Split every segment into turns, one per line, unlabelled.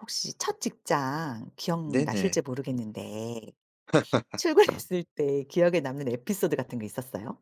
혹시 첫 직장 기억나실지
네네.
모르겠는데 출근했을 때 기억에 남는 에피소드 같은 거 있었어요?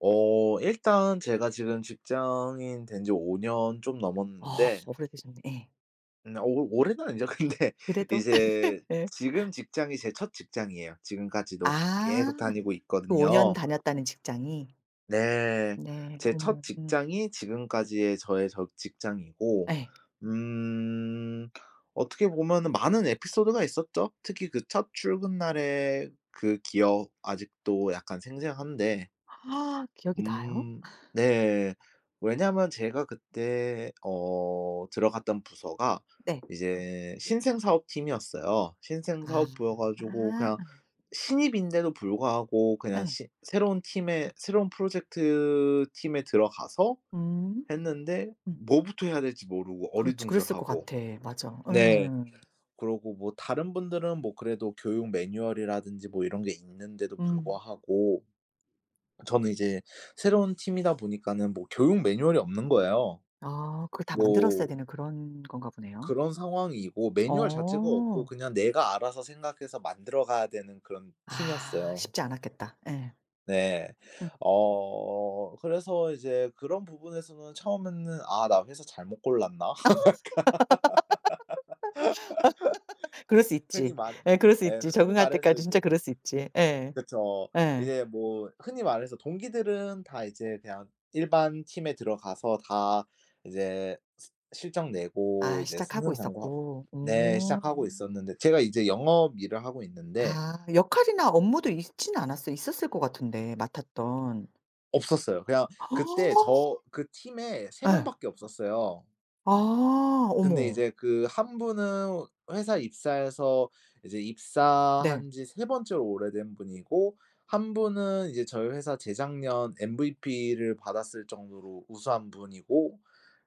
일단 제가 지금 직장인 된 지 5년 좀
어
넘었는데
오래되셨네. 예.
어, 올 올해는 아니죠. 근데
그래도
이제
예.
지금 직장이 제 첫 직장이에요.
아
지금까지도 계속 다니고
그 5년
있거든요.
다녔다는 직장이.
네.
네.
제 첫
어머
직장이 지금까지의 저의 직장이고
예.
음 어떻게 보면은 많은 에피소드가 있었죠. 특히 그 첫 출근 날의 그 기억 아직도 약간 생생한데
아, 기억이 나요?
음. 네. 왜냐면 제가 그때 들어갔던 부서가
네.
이제 신생 사업팀이었어요. 신생
아.
사업부여 가지고 그냥 신입인데도 불구하고 그냥
예.
시 새로운 팀에 새로운 프로젝트 팀에 들어가서
음.
했는데
음.
뭐부터 해야 될지 모르고
그렇지. 그랬을 것
어리둥절하고.
같아. 맞아.
네.
음.
그러고 뭐 다른 분들은 뭐 그래도 교육 매뉴얼이라든지 뭐 이런 게 있는데도
음.
불구하고 저는 이제 새로운 팀이다 보니까는 뭐 교육 매뉴얼이 없는 거예요.
아 그걸 다
뭐
만들었어야 되는 그런 건가 보네요.
그런 상황이고 매뉴얼 자체가 없고
어.
그냥 내가 알아서 생각해서 만들어 가야 되는 그런
아
팀이었어요.
쉽지 않았겠다. 예.
네.
음.
그래서 이제 그런 부분에서는 처음에는 '아 나 회사 잘못 골랐나?'
그럴 수
흔히
있지.
말해
예 그럴 수
예
있지.
흔히
적응할
말해서
때까지 진짜
이제,
그럴 수 있지. 예.
그쵸,
예.
이제 뭐 흔히 말해서 동기들은 다 이제 그냥 일반 팀에 들어가서 다 이제 스 실적 내고
아
이제
시작하고
승승장구하
있었고.
네, 시작하고
음.
있었는데 제가 이제 영업 일을 하고 있는데
아 역할이나 업무도 있진 않았어요? 있었을 것 같은데 맡았던.
없었어요. 그냥 그때 저 그 팀에 3
예.
명밖에 없었어요.
아
근데
어머.
이제 그 한 분은 회사 입사해서 이제
네.
입사한 지 세 번째로 오래된 분이고, 한 분은 이제 저희 회사 재작년 MVP를 받았을 정도로 우수한 분이고,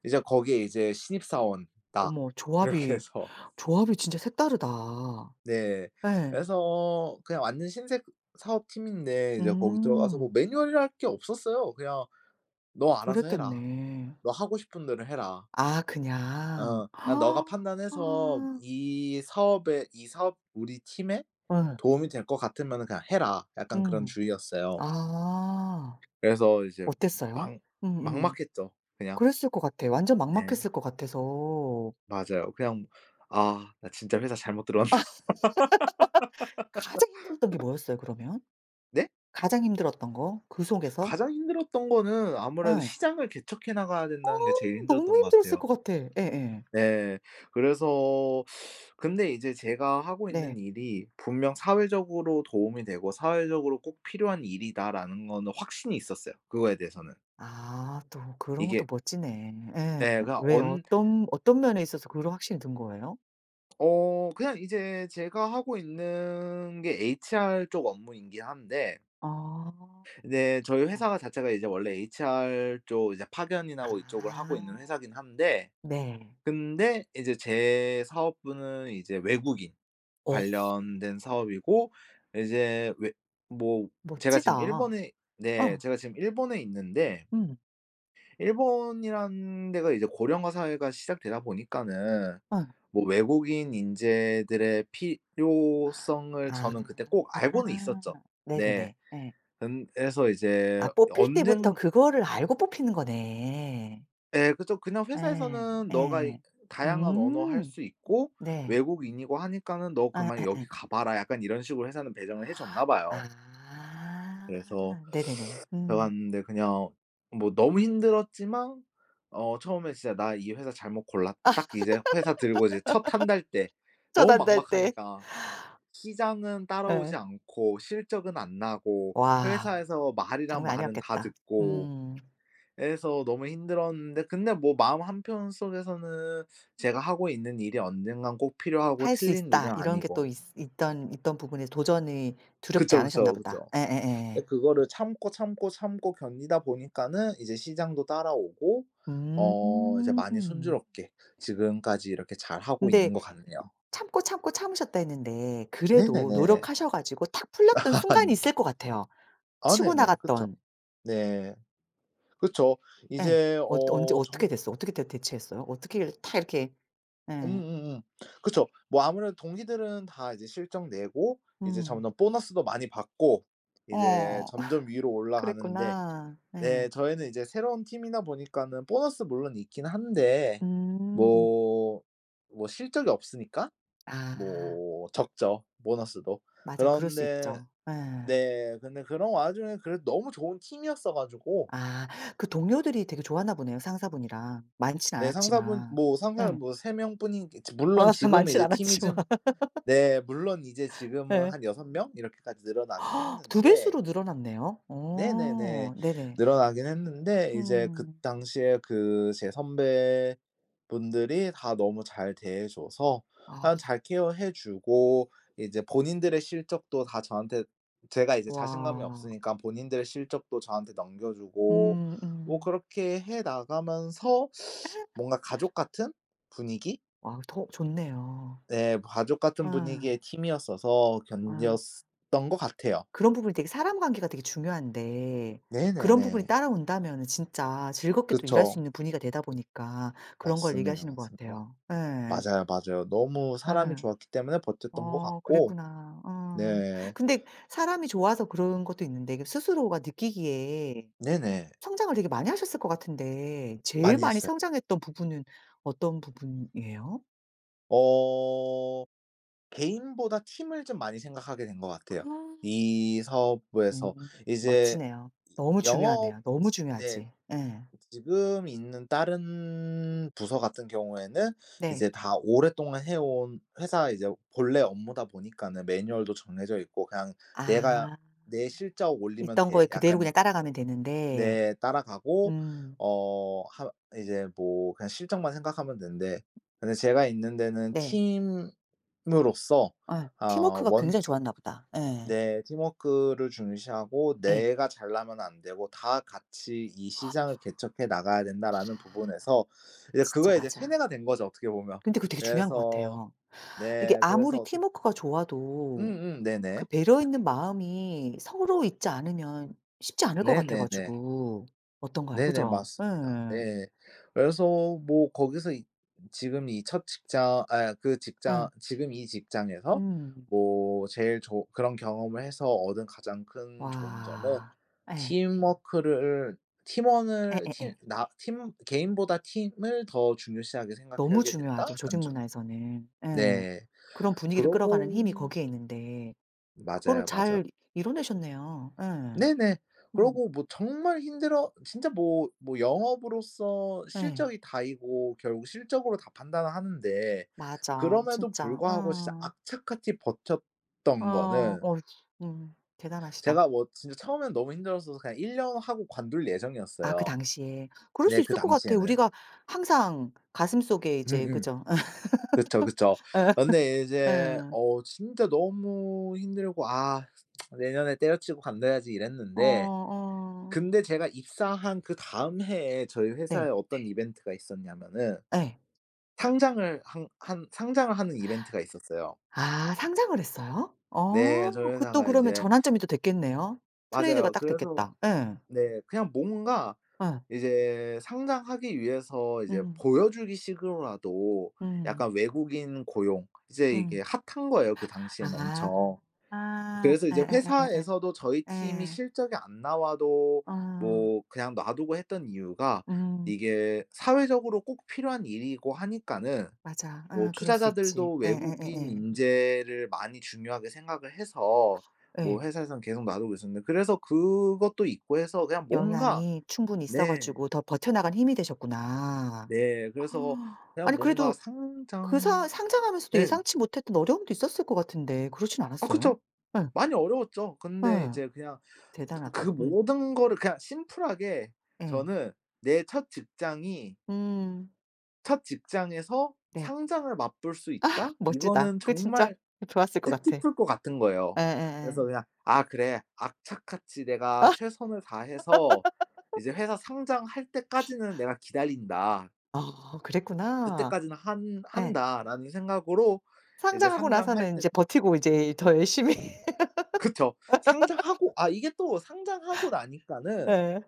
이제 거기에 이제 신입사원 나
어머
이렇게
조합이,
해서.
조합이 진짜 색다르다.
네.
예.
그래서 그냥 완전 신생 사업팀인데 이제 거기 들어가서 뭐
음.
매뉴얼이랄 게 없었어요. 그냥 "너 알아서 해라.
그랬겠네.
너 하고 싶은 대로 해라."
아 그냥.
그냥 너가 판단해서 이 사업 우리 팀에
예.
도움이 될 것 같으면 그냥 해라. 약간 그런
음.
주의였어요.
아.
그래서 이제
어땠어요?
막
음음.
막막했죠 그냥.
그랬을 것 같아. 완전
예.
막막했을 것 같아서.
맞아요. 그냥 '아 나 진짜 회사 잘못 들어왔나?'
가장 힘들었던 게 뭐였어요 그러면?
네?
가장 힘들었던 거 그 속에서?
가장 힘들었던 거는 아무래도
예.
시장을 개척해 나가야
어
된다는 게 제일
너무
힘들었던 것
힘들었을
같아요.
것 같아. 예예.
네. 그래서, 근데 이제 제가 하고 있는
네.
일이 분명 '사회적으로 도움이 되고 사회적으로 꼭 필요한 일이다.'라는 거는 확신이 있었어요 그거에 대해서는.
아 또 그런
이게
것도 멋지네. 예.
예 그냥
왜
언
어떤 면에 있어서 그런 확신이 든 거예요?
어 그냥 이제 제가 하고 있는 게 HR 쪽 업무이긴 한데,
아.
네 저희 회사가 자체가 이제 원래 HR 쪽 이제 파견이나 뭐 이쪽을 하고 있는
아
회사긴 한데,
네.
근데 이제 제 사업부는 이제 외국인
어
관련된 사업이고 이제 외 뭐 제가 지금
멋지다.
일본에 네
어.
제가 지금 일본에 있는데,
음.
일본이라는 데가 이제 고령화 사회가 시작되다 보니까는
어.
뭐 외국인 인재들의 필요성을
아.
저는 그때 꼭 알고는 있었죠. 네.
네네네. 예.
근 그래서 이제
아 뽑힐 때부터
언젠
그거를 알고 뽑히는 거네.
예. 그죠. 그냥
예.
회사에서는 "너가 이
예.
다양한 언어 할
음.
수 있고
네.
외국인이고 하니까는 너 그만 여기
예예예.
가 봐라." 약간 이런 식으로 회사는 배정을 해 줬나 봐요.
아. 아.
그래서
아, 네네네. 음.
들어갔는데 그냥 뭐 너무 힘들었지만 처음에 진짜 '나 이 회사 잘못 골랐' 딱 이제 회사 들고 이제 첫 한달 때
전
너무
단될 때.
막막하니까 시장은 따라오지
예.
않고 실적은 안 나고
와
회사에서 말이란
장난
말은 다
아니었겠다.
듣고,
음.
그래서 너무 힘들었는데 근데 뭐 마음 한편 속에서는 제가 하고 있는 일이 언젠간 꼭 필요하고
'할 수
틀린 일은
있다.' 이런 게 또
아니고.
있 있던 있던 부분에 도전이 두렵지
그쵸,
않으셨나
그쵸,
보다.
그쵸.
예예예.
근데 그거를 참고, 참고, 참고 견디다 보니까는 이제 시장도 따라오고 이제 많이
음.
순조롭게 지금까지 이렇게 잘하고
근데
있는 것 같네요.
"참고, 참고, 참으셨다." 했는데 그래도
네네네.
노력하셔 가지고 탁 풀렸던
아
순간이 있을
아닙니다.
것 같아요.
아
치고
네네. 그쵸.
나갔던
네. 그쵸.
예.
이제
어 언제
어
어떻게
정
됐어? 어떻게 대 대처했어요? 어떻게 다 이렇게 예.
음음음. 그쵸. 뭐 아무래도 동기들은 다 이제 실적 내고 이제
음.
점점 보너스도 많이 받고 이제
어.
점점 위로 올라가는데,
그랬구나.
네
예.
저희는 이제 새로운 팀이다 보니까는 보너스 물론 있긴 한데
음.
뭐 뭐 실적이 없으니까
아.
뭐 적죠, 보너스도.
맞아. 그럴 수
그런데,
있죠. 예.
네 근데 그런 와중에 그래도 너무 좋은 팀이었어 가지고
아. 그 동료들이 되게 좋았나 보네요, 상사분이랑. 많진
네 상사분
않았지만.
뭐 상사는
예.
뭐세 명뿐인, 물론
아
지금은
많진
이제 팀이
않았지만.
좀, 네, 물론 이제 지금은
예.
한 여섯 명 이렇게까지 늘어나긴
두
했는데,
배수로 늘어났네요.
네네네,
어. 네네.
늘어나긴 했는데 이제 그
음.
당시에 그 제 선배분들이 다 너무 잘 대해 줘서
아.
그냥 잘 케어해 주고 이제 본인들의 실적도 다 저한테, 제가 이제 자신감이
와.
없으니까 본인들의 실적도 저한테 넘겨 주고 뭐
음음.
그렇게 해 나가면서 뭔가 가족 같은 분위기?
와 더 좋네요.
네. 가족 같은
아.
분위기의 팀이었어서
아.
견뎠던 것 같아요.
그런 부분이 되게 사람 관계가 되게 중요한데 그런 부분이
네네네.
따라온다면은 진짜 즐겁게 또 일할 수
그쵸.
있는 분위기가 되다 보니까 그런 걸
맞습니다,
얘기하시는 것
맞습니다.
같아요. 예.
맞아요, 맞아요. 너무 사람이
예.
좋았기 때문에 버텼던 것
어
같고.
그랬구나. 어.
네.
근데 사람이 좋아서 그런 것도 있는데 이게 스스로가 느끼기에
네네.
성장을 되게 많이 하셨을 것 같은데 제일
많이
많이
했어요.
성장했던 부분은 어떤 부분이에요?
어 개인보다 팀을 좀 많이 생각하게 된 것 같아요,
아.
이 사업부에서.
음
이제
멋지네요. 너무
영업
중요하네요. 너무
네.
중요하지. 예.
지금 있는 다른 부서 같은 경우에는
네.
이제 다 오랫동안 해온 회사 이제 본래 업무다 보니까는 매뉴얼도 정해져 있고 그냥 '내가
아.
내 실적 올리면
있던 거에
돼.'
그대로
약간,
그냥 따라가면 되는데
네 따라가고
음
어 하 이제 뭐 그냥 실적만 생각하면 된대. 근데 제가 있는 데는
네.
팀으로서
어,
아
팀워크가
원
굉장히 좋았나 보다. 예.
네. 팀워크를 중시하고
예.
'내가 잘나면 안 되고 다 같이 이 시장을 개척해 나가야 된다.'라는 부분에서 이제
진짜
그거에 이제
맞아.
세뇌가 된 거죠 어떻게 보면.
근데 그거 되게 중요한 것
그래서,
같아요. 이게
네 그래서
아무리
어떻
팀워크가 좋아도
음음
그
네네.
배려 있는 마음이 서로 있지 않으면 쉽지 않을 것
네네.
같아
네네네.
가지고. 어떤가요?
네네.
그죠? 예.
맞습니다. 네. 그래서 뭐 거기서 이 지금 이 첫 직장 아 그 직장
예.
지금 이 직장에서
음.
뭐 제일 좋 그런 경험을 해서 얻은 가장 큰 좋은 점은
와. 예.
팀워크를 팀원을
예예예.
팀 나 팀 '개인보다 팀을 더 중요시하게
너무
생각하게 됐다.'
중요하죠 조직
완전.
문화에서는. 예.
네.
그런 분위기를 끌어가는
그러고,
힘이 거기에 있는데 그거를
맞아요, 맞아요.
잘 이뤄내셨네요. 예.
네네.
음.
그러고 뭐 정말 힘들어 진짜 뭐 영업으로서
예.
실적이 다이고 결국 실적으로 다 판단을 하는데,
맞아.
그럼에도
진짜.
불구하고 진짜
어.
악착같이 버텼던
어.
거는
어 대단하시다.
제가 뭐 진짜 처음엔 너무 힘들었어서 그냥 1년 하고 관둘
아 그
예정이었어요.
당시에. 그럴
네
수
그
있을 것 같아요.
당시에는.
우리가 항상 가슴속에 이제
음음.
그죠?
그쵸, 그쵸. 근데 이제
예.
진짜 너무 힘들고 '아 내년에 때려치고 관둬야지.'
어
이랬는데,
어.
근데 제가 입사한 그 다음 해에 저희 회사에
네.
어떤, 네, 이벤트가 있었냐면은
예.
상장을 한 한 상장을 하는 이벤트가 있었어요.
아 상장을 했어요?
네.
어.
저희
그 또
회사가
그러면
이제
전환점이 또 됐겠네요. 트레이드가
맞아요.
딱
그래서,
됐겠다. 예.
네, 그냥 뭔가
예.
이제 상장하기 위해서 이제
음.
보여주기 식으로라도
음.
약간 외국인 고용 이제
음.
이게 핫한 거예요 그 당시에는
아.
엄청. 그래서 이제
예예예예예.
회사에서도 저희 팀이
예.
실적이 안 나와도
아.
뭐 그냥 놔두고 했던 이유가
음.
이게 사회적으로 꼭 필요한 일이고 하니까는
맞아.
뭐
아 그럴 수 있지.
투자자들도
에, 에, 에,
외국인
에,
인재를 많이 중요하게 생각을 해서 뭐
예.
회사에서는 계속 놔두고 있었는데, 그래서 그것도 있고 해서 그냥 뭔가,
영향이 충분히 있어
네.
가지고 더 버텨나간 힘이 되셨구나.
네. 그래서
아,
그냥
아니
뭔가
그래도 그 사
상장
상장하면서도
네.
예상치 못했던 어려움도 있었을 것 같은데 그렇진
아
않았어요?
그쵸.
응,
많이 어려웠죠. 근데
응,
이제 그냥 그
대단하다. 응,
모든 거를 그냥 심플하게
예.
저는 '내 첫 직장이
음.
첫 직장에서
네.
상장을 맛볼 수 있다.'
멋지다.
이거는
그 진짜
정말
좋았을 것 같아. 에,
뜻깊을 것 같은 거예요.
에,
그래서
에.
그냥 '아 그래. 악착같이 내가
아
최선을 다해서 이제 회사 상장할 때까지는 내가 기다린다.
어, 그랬구나.
그때까지는 한
예.
한다.'라는 생각으로 이제
상장하고
상장할
나서는 이
때
제 버티고 이제 더 열심히
그쵸. 상장하고, 아 이게 또 상장하고 나니까는
예.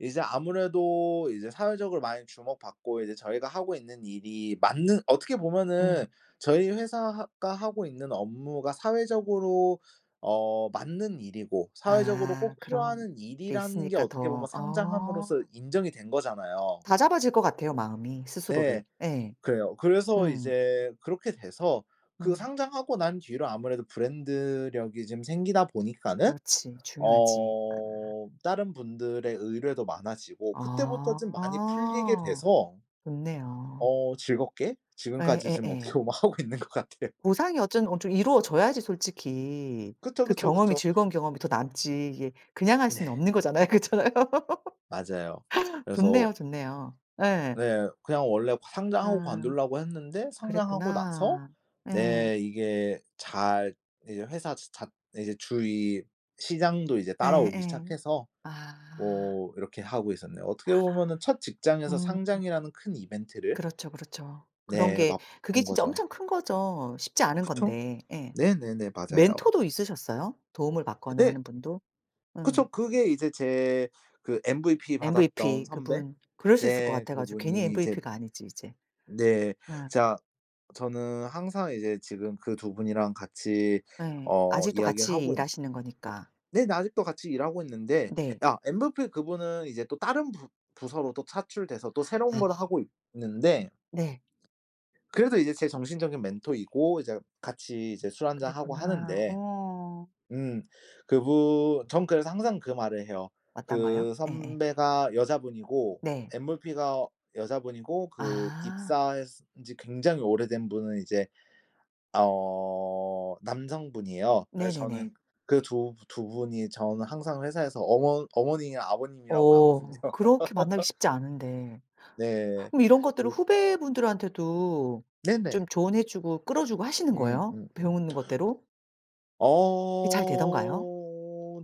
이제 아무래도 이제 사회적으로 많이 주목받고 이제 저희가 하고 있는 일이 맞는 어떻게 보면은
음.
저희 회사가 하고 있는 업무가 사회적으로 맞는 일이고 사회적으로
아
꼭
그런
필요한
게
일이라는 게
있으니까
어떻게 보면
더
상장함으로써
어
인정이 된 거잖아요.
다잡아질 것 같아요 마음이 스스로를.
네.
예.
그래요. 그래서
음.
이제 그렇게 돼서 그
음.
상장하고 난 뒤로 아무래도 브랜드력이 좀 생기다 보니까는
그렇지. 중요하지. 아.
다른 분들의 의뢰도 많아지고 그때부터 좀 많이 풀리게
아
돼서
좋네요.
즐겁게 지금까지 좀 어떻게
예예예.
보면 하고 있는 것 같아요.
보상이 어쨌든 어 좀 이루어져야지 솔직히
그쵸,
그
그쵸,
경험이
그쵸.
즐거운 경험이 더 남지 이게 그냥 할 수는
네.
없는 거잖아요. 그렇잖아요.
맞아요. 그래서
좋네요, 좋네요. 예.
네 그냥 원래 상장하고
아
관두려고 했는데 상장하고 나서
그랬구나. 예.
네 이게 잘 이제 회사 자 이제 주위 시장도 이제 따라오기
예예.
시작해서
아.
뭐 이렇게 하고 있었네요. 어떻게 보면은 첫 직장에서
음.
상장이라는 큰 이벤트를,
그렇죠, 그렇죠. 그런
네,
게 그게
맛본
진짜
거죠.
엄청 큰 거죠. 쉽지 않은
그쵸?
건데. 예.
네네네. 맞아요.
멘토도 있으셨어요? 도움을 받거나
네.
하는 분도? 응.
그쵸. 그게 이제 제 그 MVP 받았던
MVP
선배.
그분 그러셨을 것
네.
같아 가지고 괜히
그분이 이제,
MVP가 아니지 이제.
네.
예.
제가 저는 항상 이제 지금 그 두 분이랑 같이
예.
어
아직도
이야기를
같이
하고 있
일하시는 거니까.
네. 네 아직도 같이 일하고 있는데
네.
아 MVP 그분은 이제 또 다른 부 부서로 또 차출돼서 또 새로운
아
걸 하고 있는데
네.
그래도 이제 제 정신적인 멘토이고 이제 같이 이제 술 한잔하고
그랬구나.
하는데
어.
음. 그분 전 그래서 항상 그 말을 해요.
맞던가요?
그
예예.
선배가 여자분이고,
네.
MVP가 여자분이고, 그
아.
입사했은 지 굉장히 오래된 분은 이제 남성분이에요. 그래서
네네네.
저는 그 두 분이 저는 항상 회사에서 어머니나 아버님이라고 하거든요.
어. 그렇게 만나기 쉽지 않은데.
네.
그럼 이런 것들을
그,
후배분들한테도 좀
네네.
조언해 주고 끌어 주고 하시는 거예요?
음음.
배우는 것대로? 그게 잘 되던가요?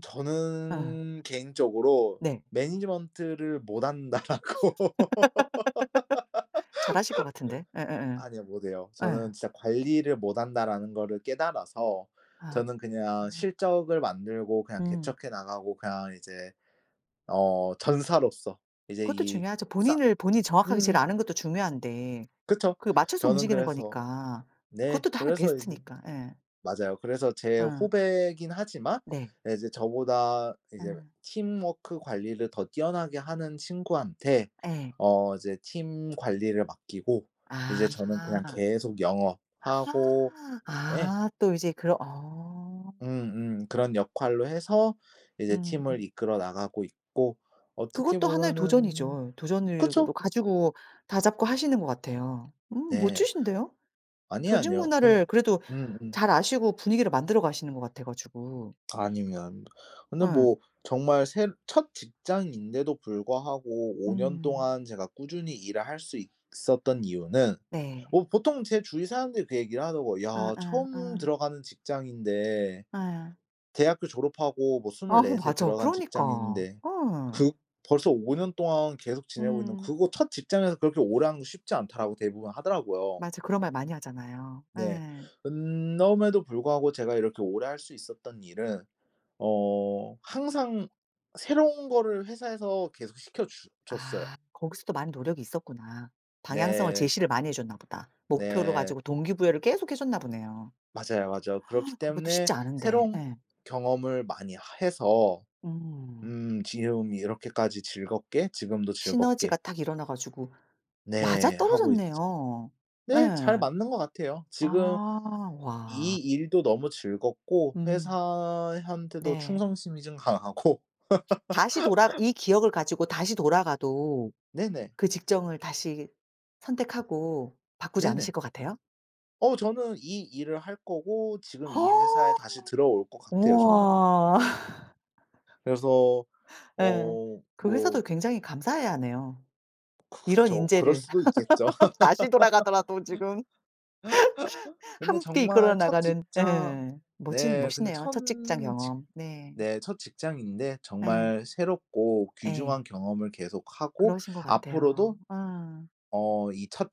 예.
저는 개인적으로
네.
"매니지먼트를 못 한다."라고.
잘하실 것 같은데. 예예예. 예.
아니요. 못해요.
예. 예.
저는 진짜 '관리를 못한다.'라는 거를 깨달아서
아.
저는 그냥 실적을 만들고 그냥
음.
개척해 나가고 그냥 이제 전사로서 이제
그것도
이
중요하죠.
싸
본인을 본인이 정확하게 제일
음
아는 것도 중요한데
그쵸.
그 맞춰서
저는
움직이는
그래서,
거니까.
네
그것도 다 하나의
그래서 이제
베스트니까. 예.
맞아요. 그래서 제
어.
후배이긴 하지만
네.
예 이제 저보다 이제
음.
팀워크 관리를 더 뛰어나게 하는 친구한테
예.
이제 팀 관리를 맡기고 이제 저는 그냥
아.
계속 영업하고 예
아 또 이제 그런 어.
음음. 그런 역할로 해서 이제 팀을
음음.
이끌어 나가고 있고, 어떻게, 네,
그것도 하나의
보면은
도전이죠. 도전으로
그쵸.
가지고 다잡고 하시는 것 같아요.
네.
멋지신데요?
아니 아니
조직
요 근
문화를 그래도
음음.
잘 아시고 분위기를 만들어 가시는 것 같아 가지고.
아니면 근데
응.
뭐 정말 새 첫 직장인데도 불구하고 5년
음.
동안 제가 꾸준히 일을 할 수 있었던 이유는,
네.
뭐 보통 제 주위 사람들이 그 얘기를 하더라고요.
아
"야
아
처음
아.
들어가는 직장인데
예.
대학교 졸업하고 뭐
아 아,
24에
맞아.
들어간
그러니까.
직장인인데
어.
그 벌써 5년 동안 계속 지내고 있는
음.
그거 첫 직장에서 그렇게 오래 하는 거 쉽지 않다라고 대부분 하더라고요.
맞아. 그런 말 많이 하잖아요.
네.
예.
그럼에도 불구하고 제가 이렇게 오래 할 수 있었던 일은 항상 새로운 거를 회사에서 계속 시켜 주 줬어요.
아 거기서도 많은 노력이 있었구나. 방향성을
네.
제시를 많이 해 줬나 보다. 목표를
네.
가지고 동기부여를 계속 해 줬나 보네요.
맞아요, 맞아요. 그렇기
아, 그것도
때문에
쉽지 않은데.
새로운
예.
경험을 많이 해서
음.
지금 이렇게까지 즐겁게, 지금도 즐겁게,
시너지가 딱 일어나 가지고
네, 하고 있죠.
맞아떨어졌네요. 예.
네. 잘 맞는 것 같아요. 지금
아
이
와.
일도 너무 즐겁고
음
회사한테도
네.
충성심이 좀 강하고.
다시 돌아 이 기억을 가지고 다시 돌아가도
네네.
그 직종을 다시 선택하고 바꾸지 않으실
네네.
것 같아요?
저는 이 일을 할 거고 지금 이 회사에
허!
다시 들어올 것 같아요 저는.
우와.
그래서
예.
어
그
뭐
회사도 굉장히 감사해야 하네요. 이런
그쵸. 그럴
인재를
수도 있겠죠.
다시 돌아가더라도 지금
근데
함께 이끌어
정말 첫
나가는
직장
예. 멋진
네 근데
멋있네요.
첫
첫 직장
직
경험. 네.
네 첫 직장인데
예.
정말 새롭고
예.
귀중한 경험을 계속하고
그러신 것 같아요.
앞으로도
아.
이 첫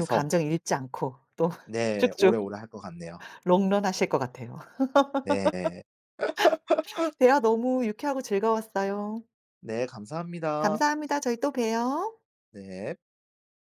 요 감정 잃지 않고 또
네
쭉쭉
오래오래 할 것 같네요.
롱런 하실 것 같아요.
네.
대화 너무 유쾌하고 즐거웠어요.
네 감사합니다.
감사합니다. 저희 또 봬요.
네.